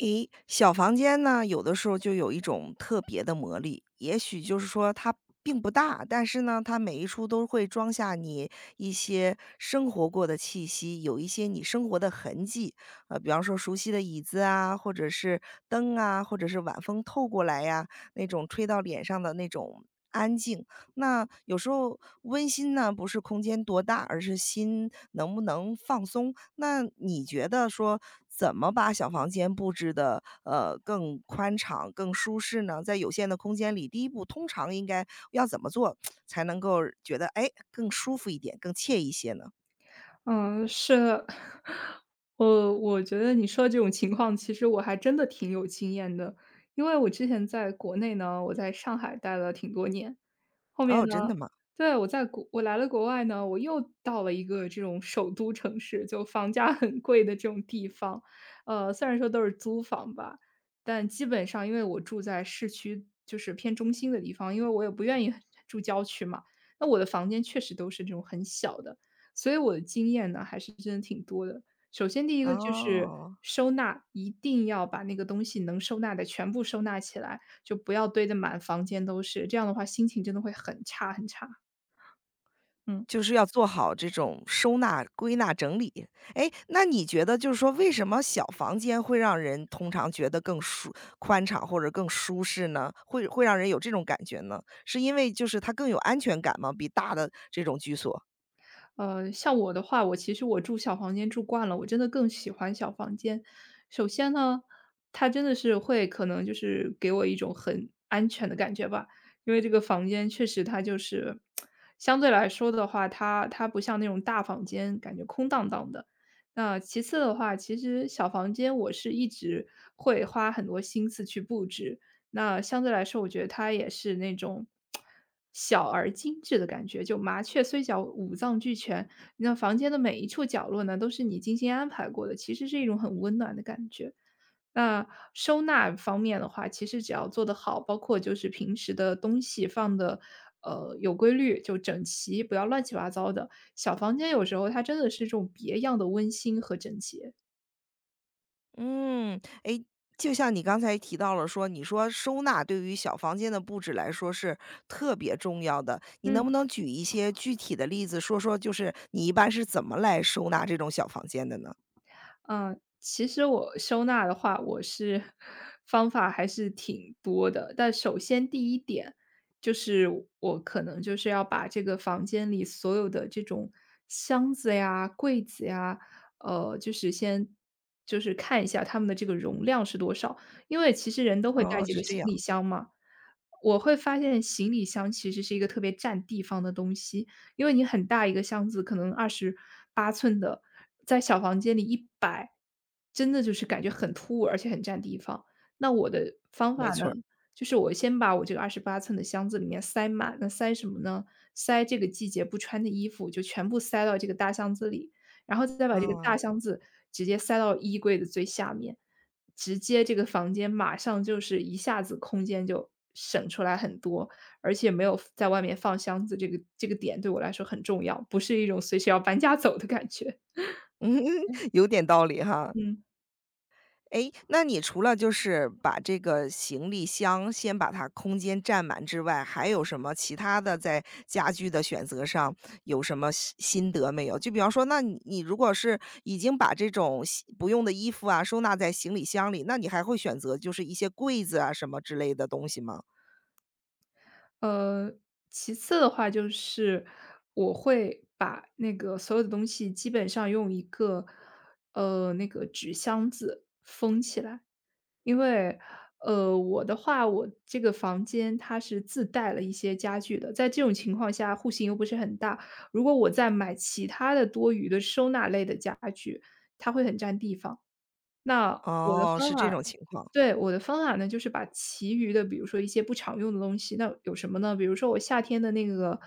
诶，小房间呢，有的时候就有一种特别的魔力。也许就是说它并不大，但是呢，它每一处都会装下你一些生活过的气息，有一些你生活的痕迹。比方说熟悉的椅子啊，或者是灯啊，或者是晚风透过来呀，那种吹到脸上的那种安静。那有时候温馨呢，不是空间多大，而是心能不能放松。那你觉得说怎么把小房间布置的更宽敞、更舒适呢？在有限的空间里，第一步通常应该要怎么做 才能够觉得哎更舒服一点、更惬意一些呢？嗯，是的。我觉得你说的这种情况，其实我还真的挺有经验的。因为我之前在国内呢，我在上海待了挺多年，后面哦，真呢，的吗？对，我来了国外呢，我又到了一个这种首都城市，就房价很贵的这种地方。虽然说都是租房吧，但基本上因为我住在市区，就是偏中心的地方，因为我也不愿意 住郊区嘛。那我的房间确实都是这种很小的，所以我的经验呢，还是真的挺多的。首先第一个就是哦，收纳，一定要把那个东西能收纳的全部收纳起来。就不要堆得满房间都是，这样的话心情真的会很差很差。嗯，就是要做好这种收纳、归纳、整理。哎，那你觉得就是说为什么小房间会让人通常觉得更舒宽敞或者更舒适呢？会让人有这种感觉呢？是因为就是它更有安全感吗？比大的这种居所？像我的话，我其实住小房间住惯了，我真的更喜欢小房间。首先呢，它真的是会可能就是给我一种很安全的感觉吧，因为这个房间确实它就是相对来说的话，它不像那种大房间，感觉空荡荡的。那其次的话，其实小房间我是一直会花很多心思去布置，那相对来说，我觉得它也是那种小而精致的感觉。就麻雀虽小，五脏俱全。那房间的每一处角落呢，都是你精心安排过的，其实是一种很温暖的感觉。那收纳方面的话，其实只要做得好，包括就是平时的东西放的，有规律，就整齐，不要乱七八糟的。小房间有时候它真的是这种别样的温馨和整洁。嗯，哎，就像你刚才提到了说，你说收纳对于小房间的布置来说是特别重要的，你能嗯。不能举一些具体的例子，说说就是你一般是怎么来收纳这种小房间的呢？嗯，其实我收纳的话，我是 方法还是挺多的。但首先第一点，就是我可能就是要把这个房间里所有的这种箱子呀、柜子呀，呃，就是先就是看一下它们的这个容量是多少。因为其实人都会带哦，几是个这行李样。箱嘛，我会发现行李箱其实是一个特别占地方的东西。因为你很大一个箱子，可能二十八寸的，在小房间里一摆，真的就是感觉很突兀，而且很占地方。那我的方法没呢，错儿就是我先把我这个二十八寸的箱子里面塞满，那塞什么呢？塞这个季节不穿的衣服，就全部塞到这个大箱子里，然后再把这个啊，大箱子直接塞到衣柜的最下面，直接这个房间马上就是一下子空间就省出来很多，而且没有在外面放箱子，这个点对我来说很重要，不是一种随时要搬家走的感觉 嗯，有点道理哈。嗯。诶，那你除了就是把这个行李箱先把它空间占满之外，还有什么其他的在家具的选择上有什么心得没有？就比方说，那你如果是已经把这种洗不用的衣服啊收纳在行李箱里，那你还会选择就是一些柜子啊什么之类的东西吗？呃，其次的话就是我会把那个所有的东西基本上用一个，那个纸箱子。因为，我的话，我这个房间它是自带了一些家具的，在这种情况下户型又不是很大，如果我再买其他的多余的收纳类的家具，那我的哦，方是这法种情况，对，我的方法呢，就是把其余的，比如说一些不常用的东西，那有什么呢？比如说我夏天的那个，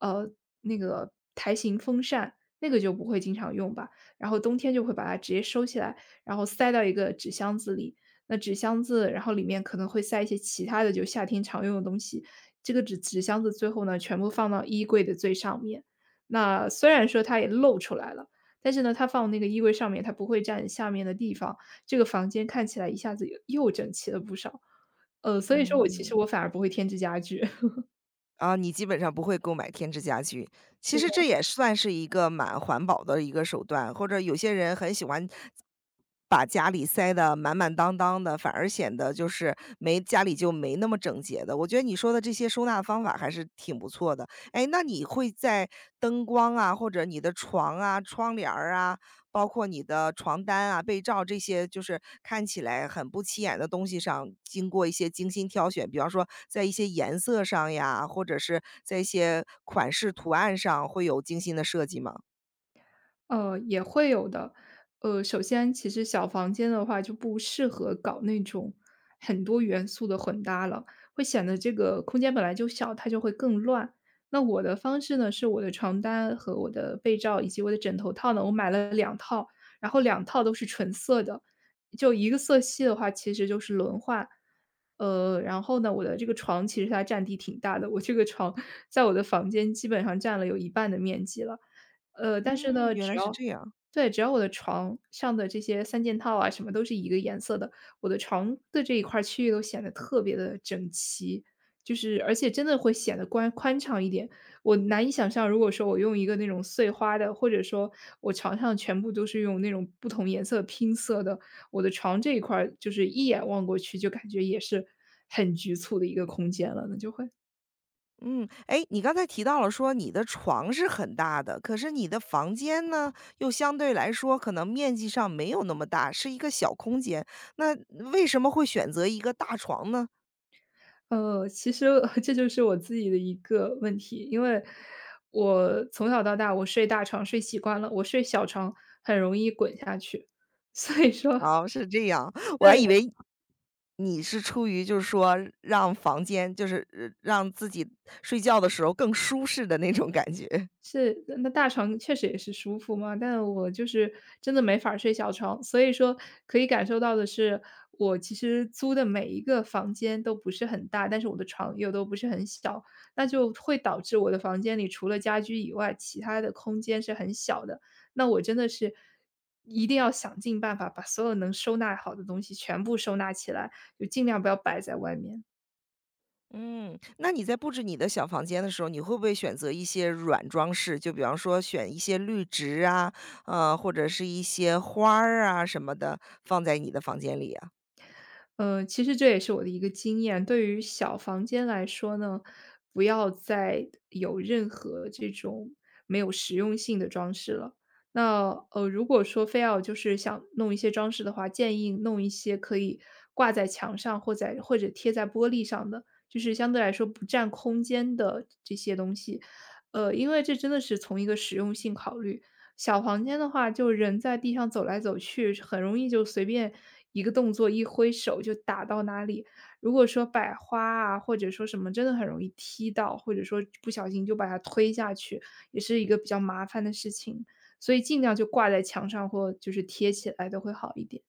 呃，那个台形风扇，那个就不会经常用吧。然后冬天就会把它直接收起来，然后塞到一个纸箱子里。那纸箱子，然后里面可能会塞一些其他的，就夏天常用的东西。这个纸箱子最后呢，全部放到衣柜的最上面。那虽然说它也露出来了，但是呢，它放那个衣柜上面，它不会占下面的地方。这个房间看起来一下子又整齐了不少。所以说我其实嗯。我反而不会添置家具。啊，你基本上不会购买添置家具，是其实这也算是一个蛮环保的一个手段，或者有些人很喜欢把家里塞得满满当当的，反而显得就是没家里就没那么整洁的。我觉得你说的这些收纳方法还是挺不错的。哎，那你会在灯光啊，或者你的床啊、窗帘儿啊，包括你的床单啊、被罩这些，就是看起来很不起眼的东西上，经过一些精心挑选，比方说在一些颜色上呀，或者是在一些款式图案上会有精心的设计吗？也会有的。首先其实小房间的话就不适合搞那种很多元素的混搭了，会显得这个空间本来就小，它就会更乱。那我的方式呢，是我的床单和我的被罩以及我的枕头套呢，我买了两套，然后两套都是纯色的，就一个色系的话其实就是轮换。然后呢，我的这个床其实它占地挺大的，我这个床 在我的房间基本上占了有一半的面积了。但是嗯，呢，原来是这样。对，只要我的床上的这些三件套啊，什么都是一个颜色的，我的床的这一块儿区域都显得特别的整齐，就是而且真的会显得宽敞一点。我难以想象，如果说我用一个那种碎花的，或者说我床上全部都是用那种不同颜色拼色的，我的床这一块儿就是一眼望过去就感觉也是很局促的一个空间了，那就会嗯，诶，你刚才提到了说你的床是很大的，可是你的房间呢，又相对来说可能面积上没有那么大，是一个小空间。那为什么会选择一个大床呢？其实 这就是我自己的一个问题，因为我从小到大我睡大床睡习惯了，我睡小床很容易滚下去。哦，是这样，我还以为你是出于就是说让房间就是让自己睡觉的时候更舒适的那种感觉。是，那大床确实也是舒服嘛，但我就是真的没法儿睡小床，所以说可以感受到的是，我其实租的每一个房间都不是很大，但是我的床又都不是很小，那就会导致我的房间里除了家居以外，其他的空间是很小的。那我真的是一定要想尽办法把所有能收纳好的东西全部收纳起来，就尽量不要摆在外面。嗯，那你在布置你的小房间的时候，你会不会选择一些软装饰？就比方说选一些绿植啊，或者是一些花儿啊什么的放在你的房间里啊？其实这也是我的一个经验。对于小房间来说呢，不要再有任何这种没有实用性的装饰了。那如果说非要就是想弄一些装饰的话，建议弄一些可以挂在墙上或者贴在玻璃上的，就是相对来说不占空间的这些东西。因为这真的是从一个实用性考虑，小房间的话，就人在地上走来走去，很容易就随便一个动作一挥手就打到哪里。如果说摆花啊，或者说什么，真的很容易踢到，或者说不小心就把它推下去，也是一个比较麻烦的事情。所以尽量就挂在墙上或就是贴起来的会好一点。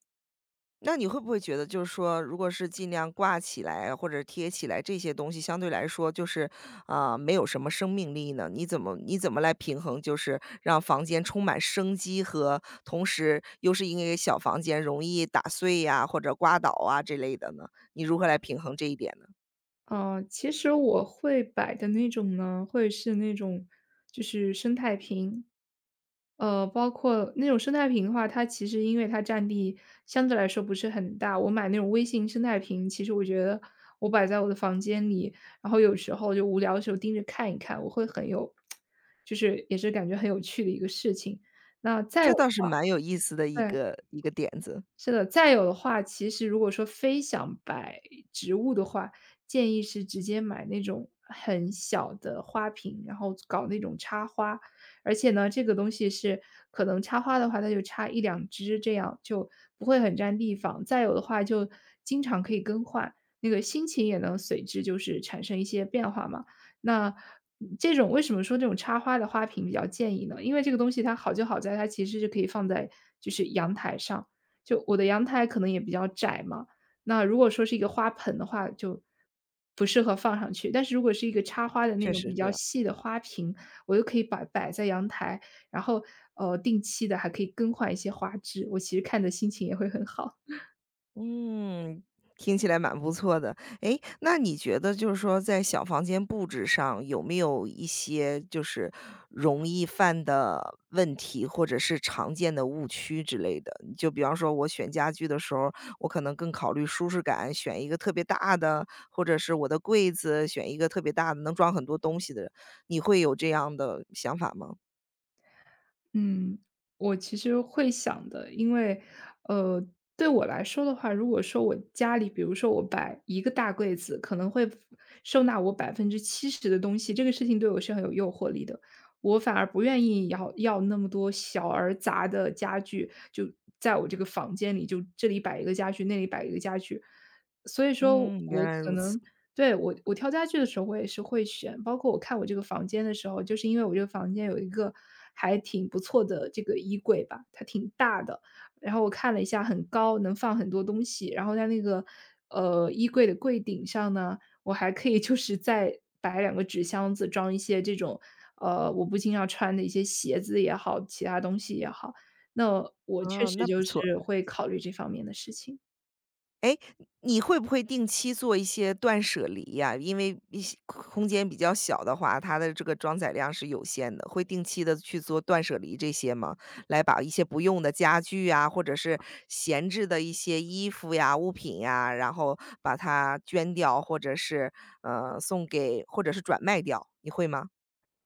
那你会不会觉得就是说，如果是尽量挂起来啊或者贴起来这些东西，相对来说就是，啊、没有什么生命力呢？你怎么来平衡，就是让房间充满生机和同时又是因为小房间容易打碎呀、或者刮倒啊这类的呢？你如何来平衡这一点呢？其实我会摆的那种呢，会是那种就是生态瓶，包括那种生态瓶的话，它其实因为它占地相对来说不是很大，我买那种微型生态瓶，其实我觉得我摆在我的房间里，然后有时候就无聊的时候盯着看一看，我会很有就是也是感觉很有趣的一个事情。那再有这的倒是话蛮有意思的一对。个一个点子，是的，再有的话，其实如果说非想摆植物的话，建议是直接买那种很小的花瓶，然后搞那种插花。而且呢，这个东西是可能插花的话，它就插一两支，这样就不会很占地方。再有的话就经常可以更换，那个心情也能随之就是产生一些变化嘛。那这种为什么说这种插花的花瓶比较建议呢？因为这个东西它好就好在它其实是可以放在就是阳台上，就我的阳台可能也比较窄嘛，那如果说是一个花盆的话，就不适合放上去。但是如果是一个插花的那确种实比这较样。细的花瓶，我又可以把摆在阳台，然后，定期的还可以更换一些花枝，我其实看的心情也会很好。嗯，听起来蛮不错的。诶，那你觉得就是说在小房间布置上有没有一些就是容易犯的问题，或者是常见的误区之类的？就比方说我选家具的时候，我可能更考虑舒适感，选一个特别大的，或者是我的柜子选一个特别大的，能装很多东西的。你会有这样的想法吗？嗯，我其实会想的，因为，呃，对我来说的话，如果说我家里，比如说我摆一个大柜子，可能会收纳我70%的东西，这个事情对我是很有诱惑力的。我反而不愿意要那么多小而杂的家具，就在我这个房间里，就这里摆一个家具，那里摆一个家具。所以说嗯，原我来可如此。能对，我挑家具的时候，我也是会选，包括我看我这个房间的时候，就是因为我这个房间有一个还挺不错的这个衣柜吧，它挺大的，然后我看了一下，很高，能放很多东西。然后它那个衣柜的柜顶上呢，我还可以就是再摆2个纸箱子，装一些这种我不经常穿的一些鞋子也好，其他东西也好。那我确啊，实那不就错。是会考虑这方面的事情。哎，你会不会定期做一些断舍离呀？因为一些空间比较小的话，它的这个装载量是有限的，会定期的去做断舍离这些吗？来把一些不用的家具呀，或者是闲置的一些衣服呀、物品呀，然后把它捐掉，或者是，送给或者是转卖掉，你会吗？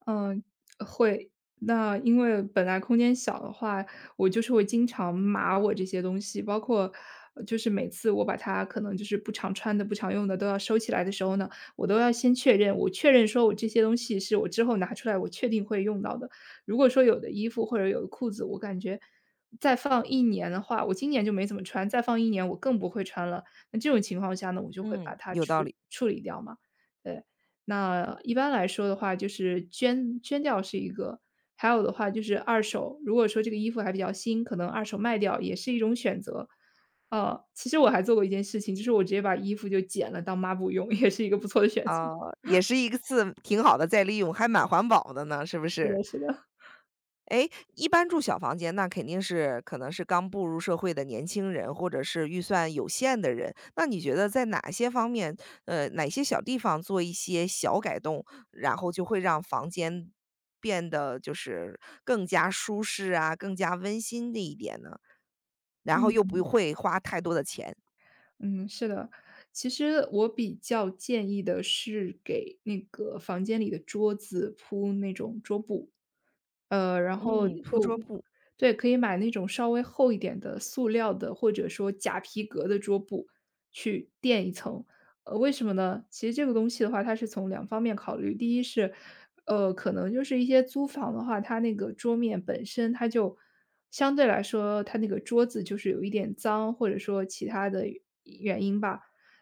嗯，会。那因为本来空间小的话，我就是会经常码我这些东西，包括就是每次我把它可能就是不常穿的、不常用的都要收起来的时候呢，我都要先确认，我确认说我这些东西是我之后拿出来我确定会用到的。如果说有的衣服或者有的裤子，我感觉再放一年的话，我今年就没怎么穿，再放一年我更不会穿了。那这种情况下呢，我就会把嗯，它有道处理，处理掉嘛。对，那一般来说的话，就是捐掉是一个，还有的话就是二手，如果说这个衣服还比较新，可能二手卖掉也是一种选择。其实我还做过一件事情，就是我直接把衣服就剪了当抹布用，也是一个不错的选择。啊，也是一个次挺好的再利用，还蛮环保的呢，是不是是？的，是的。诶，一般住小房间，那肯定是可能是刚步入社会的年轻人，或者是预算有限的人。那你觉得在哪些方面，哪些小地方做一些小改动，然后就会让房间变得就是更加舒适啊，更加温馨的一点呢？然后又嗯。不会花太多的钱。嗯，是的。其实我比较建议的是给那个房间里的桌子铺那种桌布。然后嗯嗯，铺就桌布，对，可以买那种稍微厚一点的塑料的，或者说假皮革的桌布去垫一层。呃，为什么呢？其实这个东西的话，它是从两方面考虑。第一是，可能就是一些租房的话，它那个桌面本身它就相对来说，它那个桌子就是有一点脏，或者说其他的原因吧。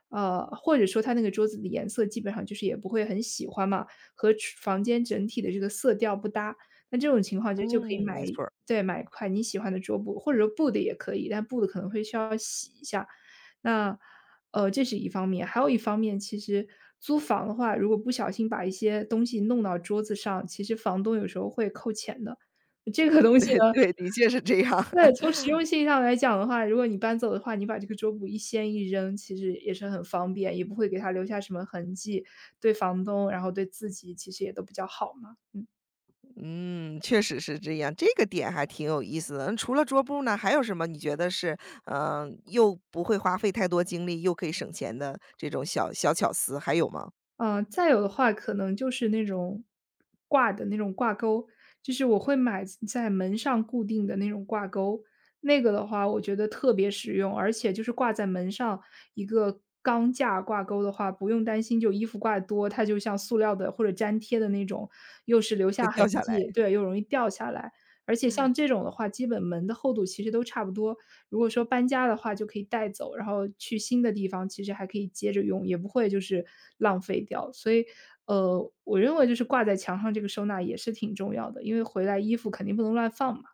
或者说它那个桌子的颜色基本上就是也不会很喜欢嘛，和厨房间整体的这个色调不搭。那这种情况其实就可以嗯，买没错儿，对，买一块你喜欢的桌布，或者说布的也可以，但布的可能会需要洗一下。那，这是一方面，还有一方面，其实租房的话，如果不小心把一些东西弄到桌子上，其实房东有时候会扣钱的。这个 东西对呢对，的确是这样。对，从实用性上来讲的话，如果你搬走的话，你把这个桌布一掀一扔，其实也是很方便，也不会给它留下什么痕迹，对房东，然后对自己其实也都比较好嘛，嗯。嗯，确实是这样，这个点还挺有意思的。除了桌布呢，还有什么你觉得是，嗯，又不会花费太多精力，又可以省钱的这种小小巧思，还有吗？嗯，再有的话可能就是那种挂的那种挂钩，就是我会买在门上固定的那种挂钩。那个的话，我觉得特别实用，而且就是挂在门上一个钢架挂钩的话，不用担心就衣服挂得多，它就像塑料的或者粘贴的那种，又是留会下痕掉下来。迹，对，又容易掉下来。而且像这种的话，基本门的厚度其实都差不多，如果说搬家的话就可以带走，然后去新的地方其实还可以接着用，也不会就是浪费掉。所以，我认为就是挂在墙上这个收纳也是挺重要的，因为回来衣服肯定不能乱放嘛。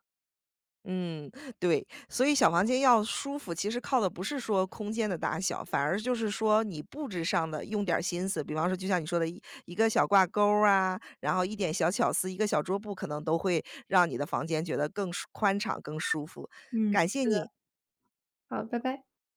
嗯，对，所以小房间要舒服，其实靠的不是说空间的大小，反而就是说你布置上的用点儿心思。比方说，就像你说的一个小挂钩儿啊，然后一点小巧思，一个小桌布，可能都会让你的房间觉得更舒宽敞、更舒服。嗯，感谢你。好，拜拜。